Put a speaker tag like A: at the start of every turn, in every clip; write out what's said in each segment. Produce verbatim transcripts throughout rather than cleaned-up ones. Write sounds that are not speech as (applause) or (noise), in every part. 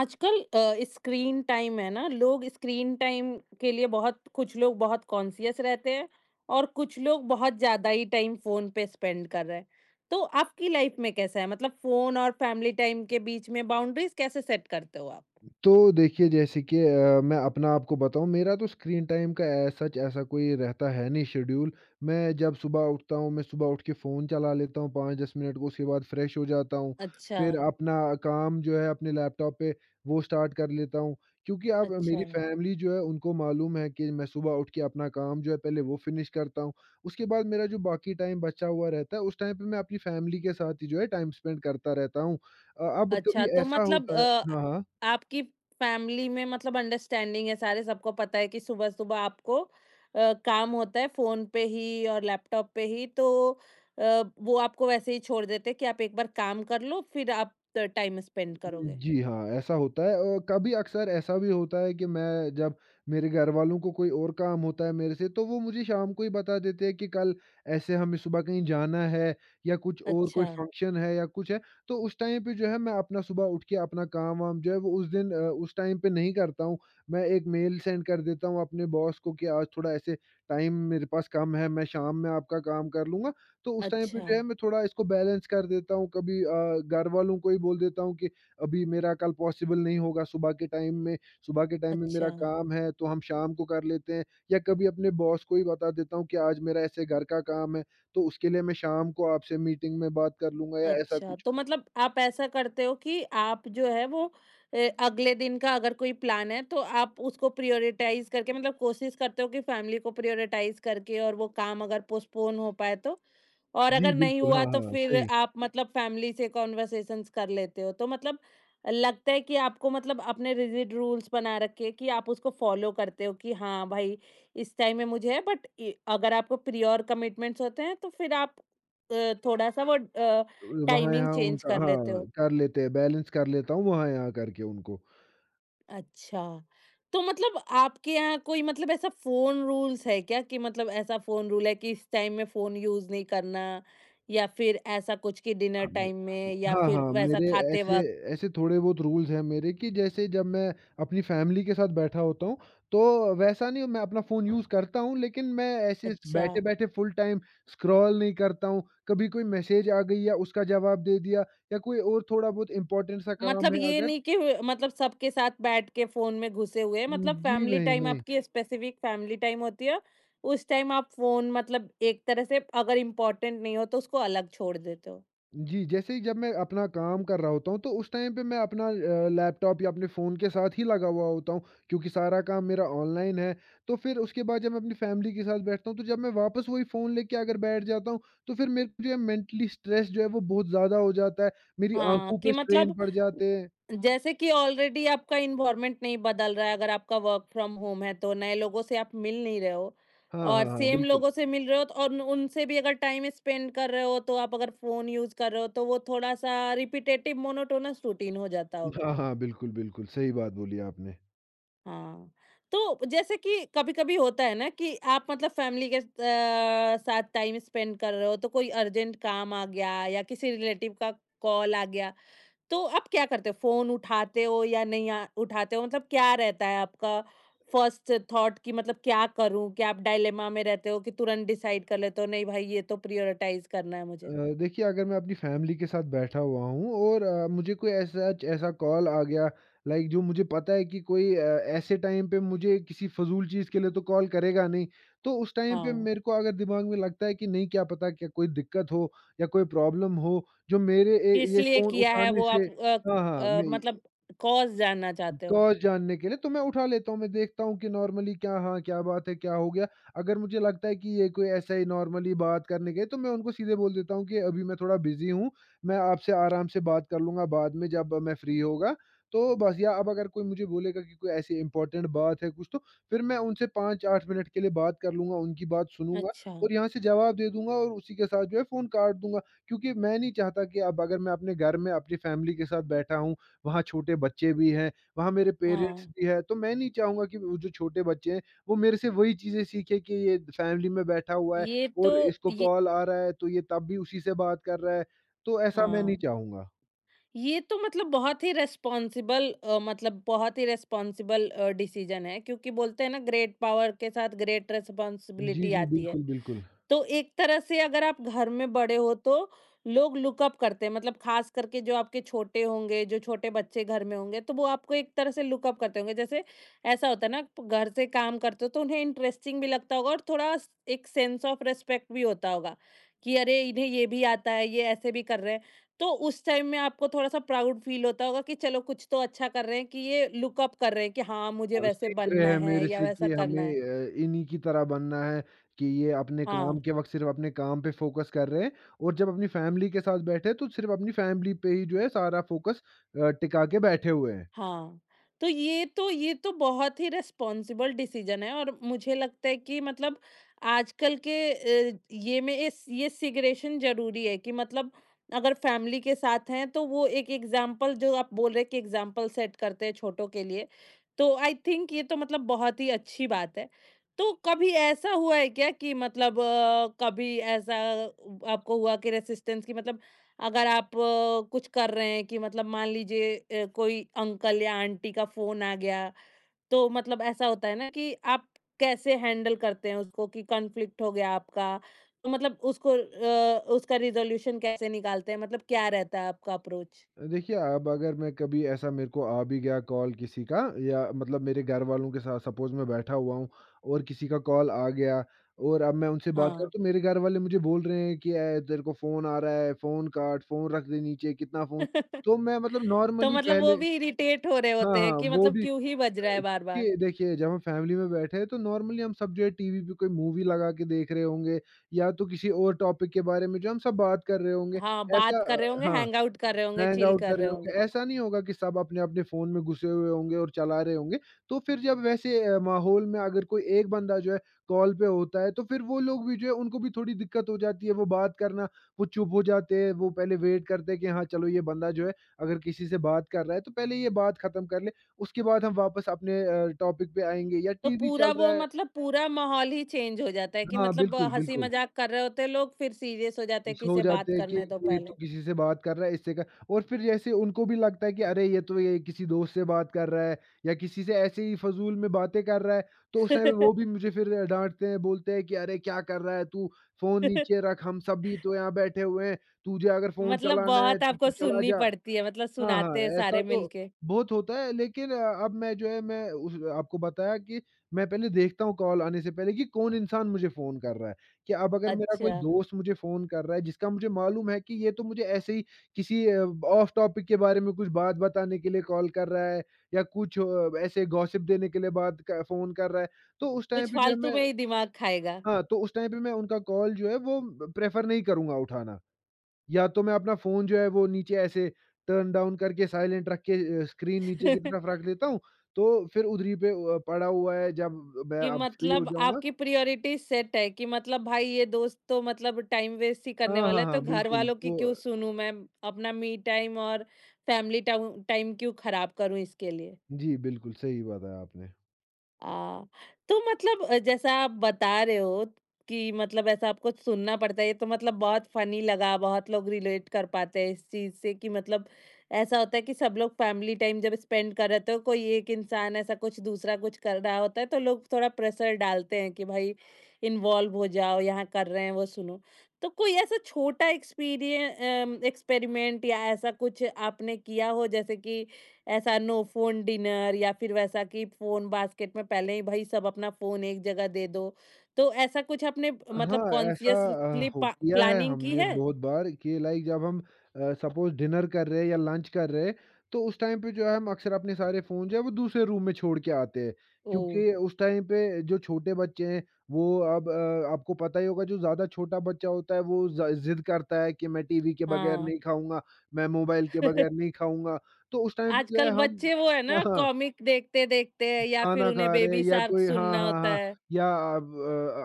A: आजकल अ, screen time है ना, लोग स्क्रीन टाइम के लिए बहुत कुछ लोग बहुत कॉन्शियस रहते हैं और कुछ लोग बहुत ज़्यादा ही टाइम फ़ोन पे स्पेंड कर रहे हैं। तो आपकी लाइफ़ में कैसा है? मतलब फ़ोन और फैमिली टाइम के बीच में बाउंड्रीज़ कैसे सेट करते हो आप?
B: तो देखिए जैसे कि अ, मैं अपना आपको बताऊँ मेरा तो स्क्रीन टाइम का ए, सच ऐसा कोई रहता है नहीं शेड्यूल। मैं जब सुबह उठता हूँ, मैं सुबह उठ के फ़ोन चला लेता हूँ पाँच से दस मिनट को उसके बाद फ्रेश हो जाता हूँ।
A: अच्छा।
B: फिर अपना काम जो है अपने लैपटॉप पे वो स्टार्ट कर लेता हूँ। क्योंकि अब
A: अच्छा।
B: मेरी फ़ैमिली जो है उनको मालूम है कि मैं सुबह उठ के अपना काम जो है पहले वो फ़िनिश करता हूँ। उसके बाद मेरा जो बाकी टाइम बचा हुआ रहता है उस टाइम पे मैं अपनी फ़ैमिली के साथ ही जो है टाइम स्पेंड करता रहता हूँ। अ, अब
A: अच्छा,
B: कभी
A: तो
B: ऐसा
A: मतलब
B: होता है
A: अ,
B: हाँ, हाँ।
A: आपकी फैमिली में मतलब अंडरस्टैंडिंग है, सारे सबको पता है कि सुबह-सुबह आपको अ, काम होता है फ़ोन पे ही और लैपटॉप पे ही, तो अ, वो आपको वैसे ही छोड़ देते हैं कि आप एक बार काम कर लो फिर आप टाइम स्पेंड करोगे।
B: जी हाँ, ऐसा होता है और कभी अक्सर ऐसा भी होता है कि मैं जब मेरे घरवालों को कोई और काम होता है मेरे से, तो वो मुझे शाम को ही बता देते हैं कि कल ऐसे हमें सुबह कहीं जाना है या कुछ और कोई
A: अच्छा,
B: फंक्शन है या कुछ है। तो उस टाइम पे जो है मैं अपना सुबह उठ के अपना काम-वाम जो है वो उस दिन अ, उस टाइम पे नहीं करता हूँ। मैं एक मेल सेंड कर देता हूँ अपने बॉस को कि आज थोड़ा ऐसे टाइम मेरे पास कम है, मैं शाम में आपका काम कर लूँगा। तो उस टाइम पे
A: अच्छा।
B: जो है मैं थोड़ा इसको बैलेंस कर देता हूँ। कभी अ, घरवालों को ही बोल देता हूँ कि अभी मेरा कल पॉसिबल नहीं होगा सुबह के टाइम में, सुबह के टाइम में मेरा
A: अच्छा।
B: काम है तो हम शाम को कर लेते हैं या कभी अपने बॉस को ही बता देता हूँ कि आज मेरा ऐसे घर का काम है, तो उसके लिए मैं शाम को आपसे मीटिंग में बात कर लूँगा या ऐसा
A: अच्छा,
B: कुछ।
A: तो मतलब आप ऐसा करते हो कि आप जो है वो अ, अगले दिन का अगर कोई प्लान है तो आप उसको प्रायोरिटाइज़ करके, मतलब कोशिश करते हो कि फैमिली को प्रायोरिटाइज़ करके और वो काम अगर पोस्टपोन हो पाए तो? और
B: जी,
A: अगर नहीं
B: बिल्कुल, हाँ,
A: हुआ तो
B: हाँ,
A: फिर
B: सही।
A: आप मतलब फैमिली से कन्वर्सेशंस कर लेते हो। तो मतलब लगता है कि आपको मतलब अपने रिजिड रूल्स बना रखे हैं कि आप उसको फ़ॉलो करते हो कि हाँ भाई, इस टाइम में मुझे है, बट इ अगर आपको प्रियोर कमिटमेंट्स होते हैं तो फिर आप अ, थोड़ा-सा वो अ टाइमिंग
B: वहाँ-यहाँ
A: चेंज
B: उनका
A: कर लेते
B: हाँ,
A: हो।
B: कर लेते हैं, बैलेंस कर लेता हूँ वहाँ-यहाँ करके उनको।
A: अच्छा, तो मतलब आपके यहाँ कोई मतलब ऐसा फ़ोन रूल्स है क्या कि मतलब ऐसा फ़ोन रूल है कि इस टाइम में फ़ोन यूज़ नहीं करना या फिर ऐसा कुछ कि डिनर
B: हाँ,
A: टाइम में या
B: हाँ,
A: फिर
B: हाँ,
A: वैसा
B: मेरे
A: खाते
B: ऐसे
A: वक़्त?
B: ऐसे थोड़े बहुत रूल्स हैं मेरे कि जैसे जब मैं अपनी फैमिली के साथ बैठा होता हूँ, तो वैसा नहीं मैं अपना फ़ोन यूज़ करता हूँ लेकिन मैं ऐसे
A: अच्छा,
B: बैठे-बैठे फुल टाइम स्क्रॉल नहीं करता हूँ। कभी कोई मैसेज आ गई या उसका जवाब दे दिया या कोई और थोड़ा बहुत इम्पोर्टेंट सा काम
A: मतलब
B: है
A: ये
B: अगर
A: नहीं कि मतलब सबके साथ बैठ के फ़ोन में घुसे हुए हैं, मतलब
B: जी,
A: फैमिली
B: नहीं,
A: टाइम
B: नहीं।
A: आपकी स्पेसिफ़िक फैमिली टाइम होती है, उस टाइम आप फ़ोन मतलब एक तरह से अगर इम्पोर्टेंट नहीं हो तो उसको अलग छोड़ देते हो।
B: जी, जैसे ही जब मैं अपना काम कर रहा होता हूँ, तो उस टाइम पे मैं अपना अ, लैपटॉप या अपने फ़ोन के साथ ही लगा हुआ होता हूँ, क्योंकि सारा काम मेरा ऑनलाइन है। तो फिर उसके बाद जब मैं अपनी फ़ैमिली के साथ बैठता हूँ, तो जब मैं वापस वही फ़ोन लेके अगर बैठ जाता हूँ, तो फिर मेरे पे जो है मेंटली स्ट्रेस जो है वो बहुत ज़्यादा हो जाता है। मेरी
A: हाँ,
B: आँखों पे
A: कि
B: स्ट्रेन
A: मतलब
B: पड़ जाते हैं।
A: जैसे कि ऑलरेडी आपका एनवायरनमेंट नहीं बदल रहा है, अगर आपका वर्क फ्रॉम होम है, तो नए लोगों से आप मिल नहीं रहे हो
B: हाँ, हाँ,
A: और
B: हाँ,
A: सेम
B: बिल्कुल।
A: लोगों से मिल रहे हो, तो और उन- उनसे भी अगर टाइम स्पेंड कर रहे हो, तो आप अगर फ़ोन यूज़ कर रहे हो, तो वो थोड़ा-सा रिपिटेटिव मोनोटोनस रूटीन हो जाता होगा।
B: हाँ, हाँ, बिल्कुल, बिल्कुल, सही बात बोली आपने।
A: हाँ, तो जैसे कि कभी-कभी होता है ना कि आप मतलब फैमिली के अ, साथ टाइम स्पेंड कर रहे हो, तो कोई अर्जेंट काम आ गया या किसी रिलेटिव का कॉल आ गया। तो आप क्या करते हो? फ़ोन उठाते हो या नहीं अ, उठाते हो? मतलब क्या रहता है आपका फर्स्ट थॉट कि मतलब क्या करूँ? क्या आप डायलेमा में रहते हो कि तुरंत डिसाइड कर लेते हो, नहीं भाई ये तो प्रायोरिटाइज़ करना है
B: अ,
A: मुझे?
B: देखिए अगर मैं अपनी फैमिली के साथ बैठा हुआ हूँ और अ, मुझे कोई ऐसा ऐसा कॉल आ गया लाइक जो मुझे पता है कि कोई अ, ऐसे टाइम पे मुझे किसी फ़िज़ूल चीज़ के लिए तो कॉल करेगा नहीं, तो उस टाइम पे
A: हाँ,
B: मेरे को अगर दिमाग में लगता है कि नहीं क्या पता क्या कोई दिक्कत हो या कोई प्रॉब्लम हो जो मेरे ए,
A: किस
B: ये
A: लिए
B: फ़ोन
A: किया है
B: उठाने
A: वो
B: से
A: आप अ
B: हाँ, हाँ,
A: अ,
B: मैं
A: मतलब कॉज़ जानना चाहते हो?
B: कॉज़ जानने के लिए तो मैं उठा लेता हूँ, मैं देखता हूँ कि नॉर्मली क्या हाँ, क्या बात है, क्या हो गया? अगर मुझे लगता है कि ये कोई ऐसा ही नॉर्मली बात करने गए, तो मैं उनको सीधे बोल देता हूँ कि अभी मैं थोड़ा बिज़ी हूँ, मैं आपसे आराम से बात कर लूँगा बाद में जब मैं फ्री होगा। तो बस या अब अगर कोई मुझे बोलेगा कि कोई ऐसी इम्पोर्टेंट बात है कुछ तो, फिर मैं उनसे पाँच से आठ मिनट के लिए बात कर लूँगा, उनकी बात सुनूँगा
A: अच्छा।
B: और यहाँ से जवाब दे दूँगा और उसी के साथ जो है फ़ोन काट दूँगा। क्योंकि मैं नहीं चाहता कि अब अगर मैं अपने घर में अपनी फैमिली के साथ बैठा हूँ, वहाँ छोटे बच्चे भी हैं वहाँ मेरे पेरेंट्स
A: हाँ।
B: भी हैं, तो मैं नहीं चाहूँगा कि वो जो छोटे बच्चे हैं, वो मेरे से वही चीज़ें सीखें कि ये फैमिली में बैठा हुआ है
A: ये तो
B: और इसको
A: ये
B: कॉल आ रहा है, तो ये तब भी उसी से बात कर रहा है, तो ऐसा मैं नहीं
A: हाँ,
B: चाहूँगा।
A: ये तो मतलब बहुत ही रिस्पॉन्सिबल अ, मतलब बहुत ही रिस्पॉन्सिबल अ, डिसीज़न है, क्योंकि बोलते हैं ना, ग्रेट पावर के साथ ग्रेट
B: जी,
A: रिस्पॉन्सिबिलिटी
B: जी,
A: आती है।
B: बिल्कुल, बिल्कुल।
A: तो एक तरह से अगर आप घर में बड़े हो तो लोग लुक अप करते हैं, मतलब खास करके जो आपके छोटे होंगे, जो छोटे बच्चे घर में होंगे, तो वो आपको एक तरह से लुक अप करते होंगे। जैसे ऐसा होता है ना, प- घर से काम करते हो तो उन्हें इंटरेस्टिंग भी लगता होगा और थोड़ा स एक सेंस ऑफ रिस्पेक्ट भी होता होगा कि अरे! इन्हें ये भी आता है, ये ऐसे भी कर रहे हैं। तो उस टाइम में आपको थोड़ा-सा प्राउड फ़ील होता होगा कि चलो कुछ तो अच्छा कर रहे हैं कि ये लुक अप कर रहे हैं कि हाँ, मुझे
B: अ,
A: वैसे
B: सीख रहे
A: बनना
B: हैं
A: है
B: मेरे
A: या
B: से
A: वैसा
B: कि हमें
A: करना है।
B: अ, इन्हीं की तरह बनना है कि ये अपने
A: हाँ।
B: काम के वक़्त सिर्फ़ अपने काम पे फ़ोकस कर रहे हैं और जब अपनी फैमिली के साथ बैठे, तो सिर्फ़ अपनी फैमिली पे ही जो है सारा फ़ोकस अ, टिका के बैठे हुए हैं।
A: हाँ, तो ये तो ये तो बहुत ही रिस्पॉन्सिबल डिसीजन है और मुझे लगता है कि मतलब आजकल के अ, ये में इस ये सिगरेशन ज़रूरी है कि मतलब अगर फैमिली के साथ हैं तो वो एक एग्ज़ाम्पल जो आप बोल रहे हैं कि एग्ज़ाम्पल सेट करते हैं छोटों के लिए, तो आई थिंक ये तो मतलब बहुत ही अच्छी बात है। तो कभी ऐसा हुआ है क्या कि मतलब अ, कभी ऐसा आपको हुआ कि रेसिस्टेंस कि मतलब अगर आप अ, कुछ कर रहे हैं कि मतलब मान लीजिए अ, कोई अंकल या आंटी का फोन आ गया, तो मतलब ऐसा होता है ना कि आप कैसे हैंडल करते हैं उसको कि कॉन्फ्लिक्ट हो गया आपका, तो मतलब उसको अ, उसका रिज़ॉल्यूशन कैसे निकालते हैं? मतलब क्या रहता है आपका अप्रोच?
B: देखिए, अब अगर मैं कभी ऐसा मेरे को आ भी गया कॉल किसी का या मतलब मेरे घर वालों के साथ सपोज़ मैं बैठा हुआ हूँ और किसी का कॉल आ गया और अब मैं उनसे बात करूँ
A: हाँ।
B: तो मेरे घर वाले मुझे बोल रहे हैं कि, "ए, तेरे को फ़ोन आ रहा है, फ़ोन काट, फ़ोन रख दे नीचे, कितना फ़ोन"
A: (laughs)
B: तो मैं मतलब
A: तो
B: नॉर्मली
A: मतलब वो
B: पहले
A: भी इरिटेट हो रहे
B: हाँ,
A: होते हैं
B: हाँ,
A: कि
B: वो
A: मतलब
B: भी
A: क्यों ही बज रहा
B: अ,
A: है बार-बार?
B: कि देखिए जब हम फैमिली में बैठे हैं तो नॉर्मली हम सब जो है टीवी पे कोई मूवी लगा के देख रहे होंगे या तो किसी और टॉपिक के बारे में जो हम सब बात कर रहे होंगे।
A: हाँ,
B: ऐसा
A: बात कर
B: अ,
A: रहे होंगे,
B: हाँ।
A: हैंग आउट कर रहे होंगे,
B: हैंग
A: चिल
B: आउट
A: कर
B: कर रहे
A: रहे
B: होंगे,
A: होंगे।
B: ऐसा नहीं होगा कि सब अपने-अपने फ़ोन में घुसे हुए होंगे और चला रहे होंगे। तो फिर जब वैसे अ, माहौल में अगर कोई एक बंदा जो है कॉल पे होता है, तो फिर वो लोग भी जो है उनको भी थोड़ी दिक्कत हो जाती है, वो बात करना वो चुप हो जाते हैं, वो पहले वेट करते हैं कि हाँ, चलो ये बंदा जो है अगर किसी से बात कर रहा है, तो पहले ये बात ख़त्म कर ले, उसके बाद हम वापस अपने अ, टॉपिक पे आएँगे या
A: तो
B: टीवी
A: पूरा
B: चल रहा
A: वो
B: है
A: मतलब पूरा माहौल ही चेंज हो जाता है कि
B: हाँ,
A: मतलब
B: बिल्कुल,
A: हँसी
B: बिल्कुल।
A: मज़ाक कर रहे होते हैं लोग, फिर सीरियस हो जाते हैं कि
B: सो
A: इसे
B: जाते
A: बात
B: हैं कि
A: करने दो
B: ये तो
A: पहले।
B: किसी से बात कर रहा है, इससे क और फिर जैसे उनको भी लगता है कि अरे ये तो ये किसी दोस्त से बात कर रहा है या किसी से ऐसे ही फ़िज़ूल में बातें कर रहा है, तो उस टाइम वो भी
A: (laughs)
B: मुझे फिर डाँटते हैं, बोलते हैं कि "अरे क्या कर रहा है तू? फ़ोन नीचे रख, हम सब भी तो यहाँ बैठे हुए हैं, तुझे अगर फ़ोन
A: मतलब
B: चलाना है
A: बहुत
B: तो तू
A: आपको
B: चला
A: सुननी
B: जा।"
A: पड़ती है, मतलब
B: हाँ,
A: सुनाते हैं
B: हाँ, ऐसा
A: सारे
B: तो
A: मिलके।
B: बहुत होता है लेकिन अ, अब मैं जो है मैं उस आपको बताया कि मैं पहले देखता हूँ कॉल आने से पहले कि कौन इंसान मुझे फ़ोन कर रहा है। कि अब अगर मेरा कोई
A: अच्छा,
B: दोस्त मुझे फ़ोन कर रहा है जिसका मुझे मालूम है कि ये तो मुझे ऐसे ही किसी अ, ऑफ टॉपिक के बारे में कुछ बात बताने के लिए कॉल कर रहा है या कुछ अ, ऐसे गॉसिप देने के लिए बात क फ़ोन कर रहा है, तो उस टाइम
A: कुछ
B: पे जो है
A: फालतू
B: मैं
A: में ही दिमाग खाएगा।
B: हाँ, तो उस टाइम पे मैं उनका कॉल जो है वो प्रेफ़र नहीं करूँगा उठाना। या तो मैं अपना फ़ोन जो है वो नीचे ऐसे टर्न डाउन करके साइलेंट रख के अ, स्क्रीन नीचे की तरफ
A: (laughs)
B: रख देता हूँ, तो फिर उधरी पे अ, पड़ा हुआ है जब मैं
A: कि
B: अब फ्री हो
A: मतलब
B: जाऊँगा
A: आपकी प्रायोरिटी सेट है कि मतलब भाई ये दोस्त तो मतलब टाइम वेस्ट ही करने
B: हाँ, हाँ,
A: वाला है,
B: हाँ,
A: तो घर
B: बिल्कुल।
A: वालों की
B: तो
A: क्यों सुनूँ मैं? अपना मी टाइम और फैमिली टाउ टाइम क्यों खराब करूँ इसके लिए?
B: जी, बिल्कुल सही बात है आपने।
A: आ, तो मतलब अ, जैसा आप बता रहे हो कि मतलब ऐसा आपको सुनना पड़ता है, ये तो मतलब बहुत फनी लगा, बहुत लोग रिलेट कर पाते हैं इस चीज से कि मतलब ऐसा होता है कि सब लोग फैमिली टाइम जब स्पेंड कर रहे होते हो, कोई एक इंसान ऐसा कुछ दूसरा कुछ कर रहा होता है तो लोग थोड़ा प्रेशर डालते हैं कि भाई इन्वॉल्व हो जाओ, यहाँ कर रहे हैं वो सुनो। तो कोई ऐसा छोटा एक्सपीरियंस एक्सपेरिमेंट या ऐसा कुछ आपने किया हो, जैसे कि ऐसा नो फ़ोन डिनर या फिर वैसा कि फ़ोन बास्केट में पहले ही भई सब अपना फ़ोन एक जगह दे दो। तो ऐसा कुछ आपने मतलब
B: हाँ, ऐसा अ,
A: कॉन्शियसली
B: हो
A: पा
B: किया है
A: प्लानिंग की
B: हमने
A: है?
B: बहुत बार कि लाइक जब हम अ, सपोज़ डिनर कर रहे हैं या लंच कर रहे हैं, तो उस टाइम पे जो है हम अक्सर अपने सारे फ़ोन जो है वो दूसरे रूम में छोड़ के आते हैं।
A: ओह!
B: क्योंकि उस टाइम पे जो छोटे बच्चे हैं वो अब अ, आपको पता ही होगा जो ज़्यादा छोटा बच्चा होता है वो ज़ ज़िद करता है कि मैं टीवी के बगैर
A: हाँ।
B: नहीं खाऊँगा, मैं मोबाइल के बगैर
A: (laughs)
B: नहीं खाऊँगा। तो उस टाइम पे जो है
A: आजकल
B: हम
A: बच्चे वो है
B: (laughs)
A: ना
B: हाँ, हाँ।
A: कॉमिक देखते-देखते या फिर
B: खाना
A: उन्हें
B: खा रहे हैं
A: बेबी
B: या
A: शार्क
B: कोई हाँ,
A: सुनना
B: हाँ,
A: होता
B: हाँ।
A: है।
B: या अब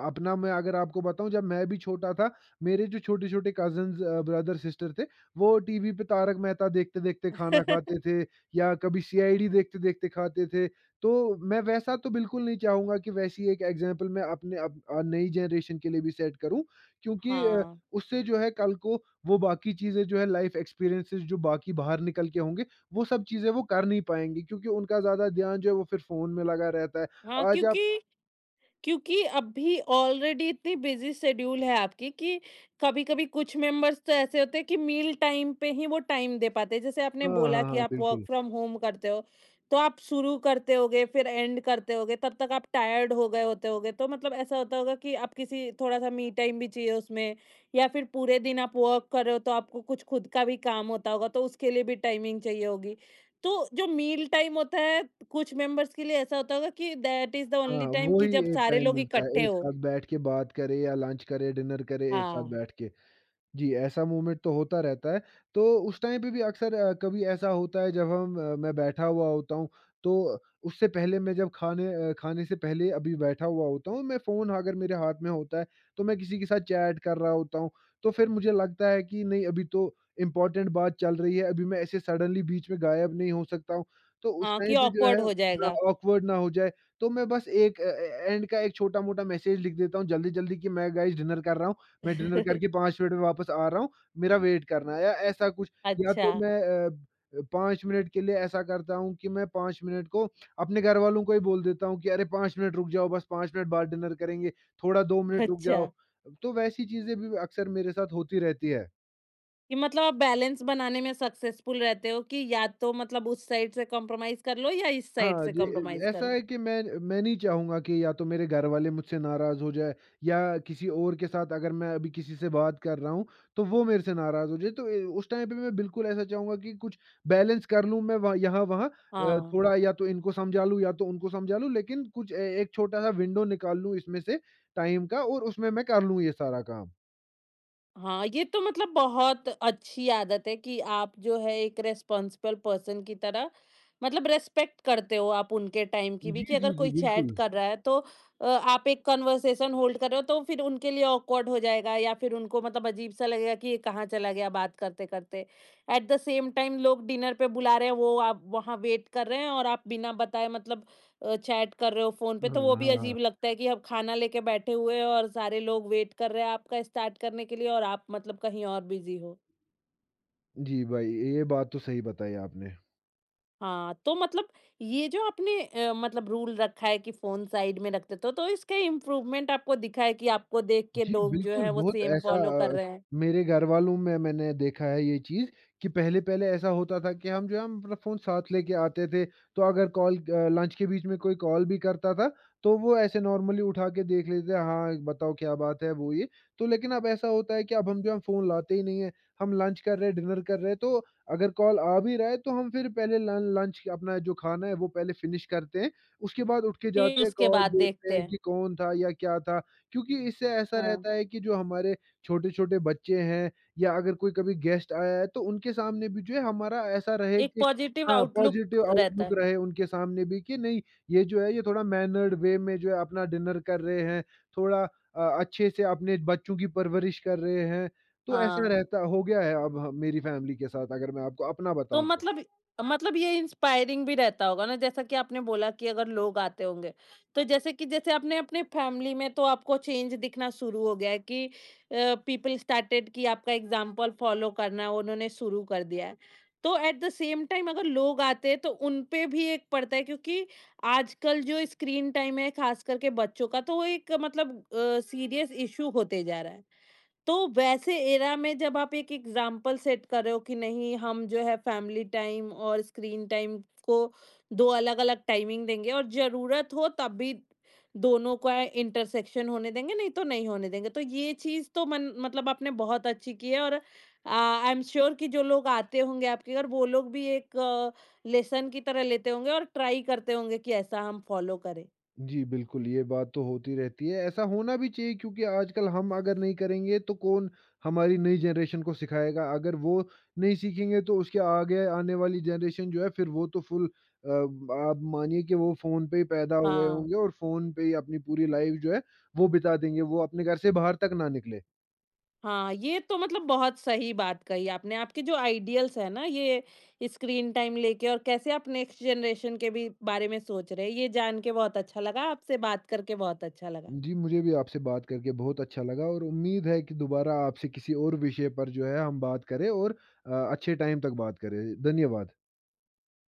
B: अ, अपना मैं अगर आपको बताऊँ जब मैं भी छोटा था, मेरे जो छोटे-छोटे कज़िन्स अ, ब्रदर-सिस्टर थे, वो टीवी पे तारक मेहता देखते-देखते खाना खाते
A: (laughs)
B: थे या कभी सीआईडी देखते-देखते खाते थे। तो मैं वैसा तो बिल्कुल नहीं चाहूँगा कि वैसी एक एग्ज़ाम्पल मैं अपने अप अ, नई जनरेशन के लिए भी सेट करूँ क्योंकि अ,
A: हाँ।
B: उससे जो है कल को वो बाकी चीज़ें जो है लाइफ़ एक्सपीरियंसेस जो बाकी बाहर निकल के होंगे, वो सब चीज़ें वो कर नहीं पाएँगे क्योंकि उनका ज़्यादा ध्यान जो है वो फिर फ़ोन में लगा रहता है।
A: हाँ,
B: आज
A: क्योंकि
B: आप
A: क्योंकि अभी ऑलरेडी इतनी बिजी शेड्यूल है आपकी कि कभी-कभी कुछ मेंबर्स तो ऐसे होते हैं कि मील टाइम पे ही वो टाइम दे पाते हैं। जैसे आपने
B: हाँ,
A: बोला
B: हाँ,
A: कि
B: हाँ,
A: आप वर्क
B: बिल्कुल।
A: फ्रॉम होम करते हो, तो आप शुरू करते होगे, फिर एंड करते होगे, तब तक आप टायर्ड हो गए होते होगे। तो मतलब ऐसा होता होगा कि आप किसी थोड़ा-सा मी टाइम भी चाहिए उसमें, या फिर पूरे दिन आप वर्क कर रहे हो, तो आपको कुछ खुद का भी काम होता होगा, तो उसके लिए भी टाइमिंग चाहिए होगी। तो जो मील टाइम होता है, कुछ मेंबर्स के लिए ऐसा होता होगा कि दैट इज़ द
B: हाँ,
A: ओनली टाइम
B: वो
A: कि
B: ही
A: जब
B: एक
A: सारे
B: टाइम
A: लोग
B: मिलता है,
A: इकट्ठे
B: एक
A: हो।
B: साथ बैठ के बात करें या लंच करें, डिनर करें एक साथ
A: हाँ।
B: बैठ के। जी, ऐसा मूवमेंट तो होता रहता है। तो उस टाइम पे भी अक्सर अ, कभी ऐसा होता है जब हम अ, मैं बैठा हुआ होता हूँ, तो उससे पहले मैं जब खाने अ, खाने से पहले अभी बैठा हुआ होता हूँ, मैं फ़ोन अगर मेरे हाथ में होता है, तो मैं किसी के साथ चैट कर रहा होता हूँ। तो फिर मुझे लगता है कि नहीं अभी तो इम्पोर्टेंट बात चल रही है, अभी मैं ऐसे सडनली बीच में गायब नहीं हो सकता हूँ। तो उस
A: हाँ, कि
B: टाइम पे जो है
A: ऑकवर्ड हो
B: हाँ,
A: जाएगा।
B: ऑकवर्ड ना awkward ना हो जाए, तो मैं बस एक अ, ए एंड का एक छोटा-मोटा मैसेज लिख देता हूँ जल्दी-जल्दी कि मैं गाइस डिनर कर रहा हूँ। मैं डिनर करके
A: (laughs)
B: पाँच मिनट में वापस आ रहा हूँ, मेरा वेट करना है या ऐसा कुछ। या
A: अच्छा।
B: तो मैं अ, अ, पाँच मिनट के लिए ऐसा करता हूँ कि मैं पाँच मिनट को अपने घरवालों को ही बोल देता हूँ कि अरे पाँच मिनट रुक जाओ बस पाँच मिनट बाद डिनर करेंगे, थोड़ा दो मिनट रुक
A: अच्छा।
B: जाओ। तो वैसी चीज़ें भी अक्सर मेरे साथ होती रहती है।
A: कि मतलब आप बैलेंस बनाने में सक्सेसफुल रहते हो कि या तो मतलब उस साइड से कॉम्प्रोमाइज़ कर लो या इस साइड
B: हाँ,
A: से
B: जी।
A: कॉम्प्रोमाइज़
B: अ,
A: कर
B: ऐसा
A: लो।
B: है कि मैं मैं नहीं चाहूँगा कि या तो मेरे घरवाले मुझसे नाराज़ हो जाए या किसी और के साथ अगर मैं अभी किसी से बात कर रहा हूँ, तो वो मेरे से नाराज़ हो जाए। तो ए, उस टाइम पे मैं बिल्कुल ऐसा चाहूँगा कि कुछ बैलेंस कर लूँ मैं वहाँ यहाँ-वहाँ, अ,
A: हाँ।
B: थोड़ा या तो इनको समझा लूँ या तो उनको समझा लूँ, लेकिन कुछ ए एक छोटा-सा विंडो निकाल लूँ इसमें से टाइम का और उसमें मैं कर लूँ ये सारा काम।
A: हाँ, ये तो मतलब बहुत अच्छी आदत है कि आप जो है एक रिस्पॉन्सिबल पर्सन की तरह मतलब रेस्पेक्ट करते हो आप उनके टाइम की
B: जी,
A: भी कि
B: जी,
A: अगर
B: जी,
A: कोई चैट
B: बिल्कुल।
A: कर रहा है, तो अ, आप एक कन्वर्सेशन होल्ड कर रहे हो, तो फिर उनके लिए ऑकवर्ड हो जाएगा या फिर उनको मतलब अजीब सा लगेगा कि ये कहाँ चला गया बात करते करते। एट द सेम टाइम लोग डिनर पे बुला रहे हैं, वो आप वहाँ वेट कर रहे हैं और आप बिना बताए मतलब अ, चैट कर रहे हो फ़ोन पे,
B: हाँ,
A: तो वो भी
B: हाँ, हाँ।
A: अजीब लगता है कि आप खाना लेके बैठे हुए हो और सारे लोग वेट कर रहे हैं आपका स्टार्ट करने के लिए और आप मतलब कहीं और बिज़ी हो।
B: जी भाई, ये बात तो सही बताई आपने।
A: हाँ, तो मतलब ये जो आपने अ, मतलब रूल रखा है कि फ़ोन साइड में रख देते हो, तो इसका इम्प्रूवमेंट आपको दिखा है कि आपको देख के
B: जी,
A: लोग जो
B: बिल्कुल,
A: हैं वो
B: बहुत
A: सेम
B: ऐसा।
A: फ़ॉलो कर
B: अ,
A: रहे हैं,
B: मेरे घरवालों में मैंने देखा है ये चीज़ कि पहले-पहले ऐसा होता था कि हम जो है हम अपना फ़ोन साथ लेके आते थे, तो अगर कॉल अ, लंच के बीच में कोई कॉल भी करता था, तो वो ऐसे नॉर्मली उठा के देख लेते थे, हाँ, बताओ क्या बात है, वो ये। तो लेकिन अब ऐसा होता है कि अब हम जो है फ़ोन लाते ही नहीं हैं, हम लंच कर रहे हैं, डिनर कर रहे हैं, तो अगर कॉल आ भी रहा है तो हम फिर पहले लं लंच अपना जो खाना है वो पहले फ़िनिश करते हैं, उसके बाद उठ के
A: फिर
B: जाते हैं,
A: उसके
B: कॉल
A: बाद
B: देखते
A: देखते
B: हैं
A: हैं।
B: कि कौन था या क्या था। क्योंकि इससे ऐसा
A: हाँ,
B: रहता है कि जो हमारे छोटे-छोटे बच्चे हैं या अगर कोई कभी गेस्ट आया है तो उनके सामने भी जो है हमारा ऐसा रहे
A: एक
B: कि
A: पॉज़िटिव
B: हाँ,
A: आउटलुक
B: पॉज़िटिव
A: रहता
B: आउटलुक
A: है।
B: रहे उनके सामने भी कि नहीं, ये जो है ये थोड़ा मैनर्ड वे में जो है अपना डिनर कर रहे हैं, थोड़ा अ, अच्छे से अपने बच्चों की परवरिश कर रहे हैं। तो ऐसा
A: हाँ।
B: रहता हो गया है अब ह मेरी फैमिली के साथ, अगर मैं आपको अपना
A: तो
B: बताऊँ तो।
A: मतलब मतलब ये इंस्पायरिंग भी रहता होगा ना, जैसा कि आपने बोला कि अगर लोग आते होंगे। तो जैसे कि जैसे आपने अपने फैमिली में तो आपको चेंज दिखना शुरू हो गया है कि अ, पीपल स्टार्टेड कि आपका एग्ज़ाम्पल फ़ॉलो करना उन्होंने शुरू कर दिया है। तो एट द सेम टाइम अगर लोग आते हैं तो उन पे भी एक पड़ता है, क्योंकि आजकल जो स्क्रीन टाइम है ख़ास करके बच्चों का, तो वो एक मतलब अ, सीरियस इश्यू होते जा रहा है। तो वैसे एरा में जब आप एक एग्जाम्पल सेट कर रहे हो कि नहीं, हम जो है फैमिली टाइम और स्क्रीन टाइम को दो अलग अलग टाइमिंग देंगे और जरूरत हो तब भी दोनों का इंटरसेक्शन होने देंगे, नहीं तो नहीं होने देंगे, तो ये चीज तो मन मतलब आपने बहुत अच्छी की है। और आई एम श्योर कि जो लोग आते होंगे आपके घर, वो लोग भी एक लेसन की तरह लेते होंगे और ट्राई करते होंगे कि ऐसा हम फॉलो करें।
B: जी, बिल्कुल, ये बात तो होती रहती है। ऐसा होना भी चाहिए क्योंकि आजकल हम अगर नहीं करेंगे तो कौन हमारी नई जनरेशन को सिखाएगा? अगर वो नहीं सीखेंगे तो उसके आगे आने वाली जनरेशन जो है फिर वो तो फुल, अ, आप मानिए कि वो फ़ोन पे ही पैदा हुए
A: हाँ।
B: होंगे और फ़ोन पे ही अपनी पूरी लाइफ़ जो है वो बिता देंगे, वो अपने घर से बाहर तक ना निकले।
A: हाँ, ये तो मतलब बहुत सही बात कही आपने। आपके जो आइडियल्स हैं ना, ये स्क्रीन टाइम लेके और कैसे आप नेक्स्ट जनरेशन के भी बारे में सोच रहे हैं, ये जान के बहुत अच्छा लगा। आपसे बात करके बहुत अच्छा लगा।
B: जी, मुझे भी आपसे बात करके बहुत अच्छा लगा और उम्मीद है कि दोबारा आपसे किसी और विषय पर जो है हम बात करें और अ, अच्छे टाइम तक बात करें। धन्यवाद।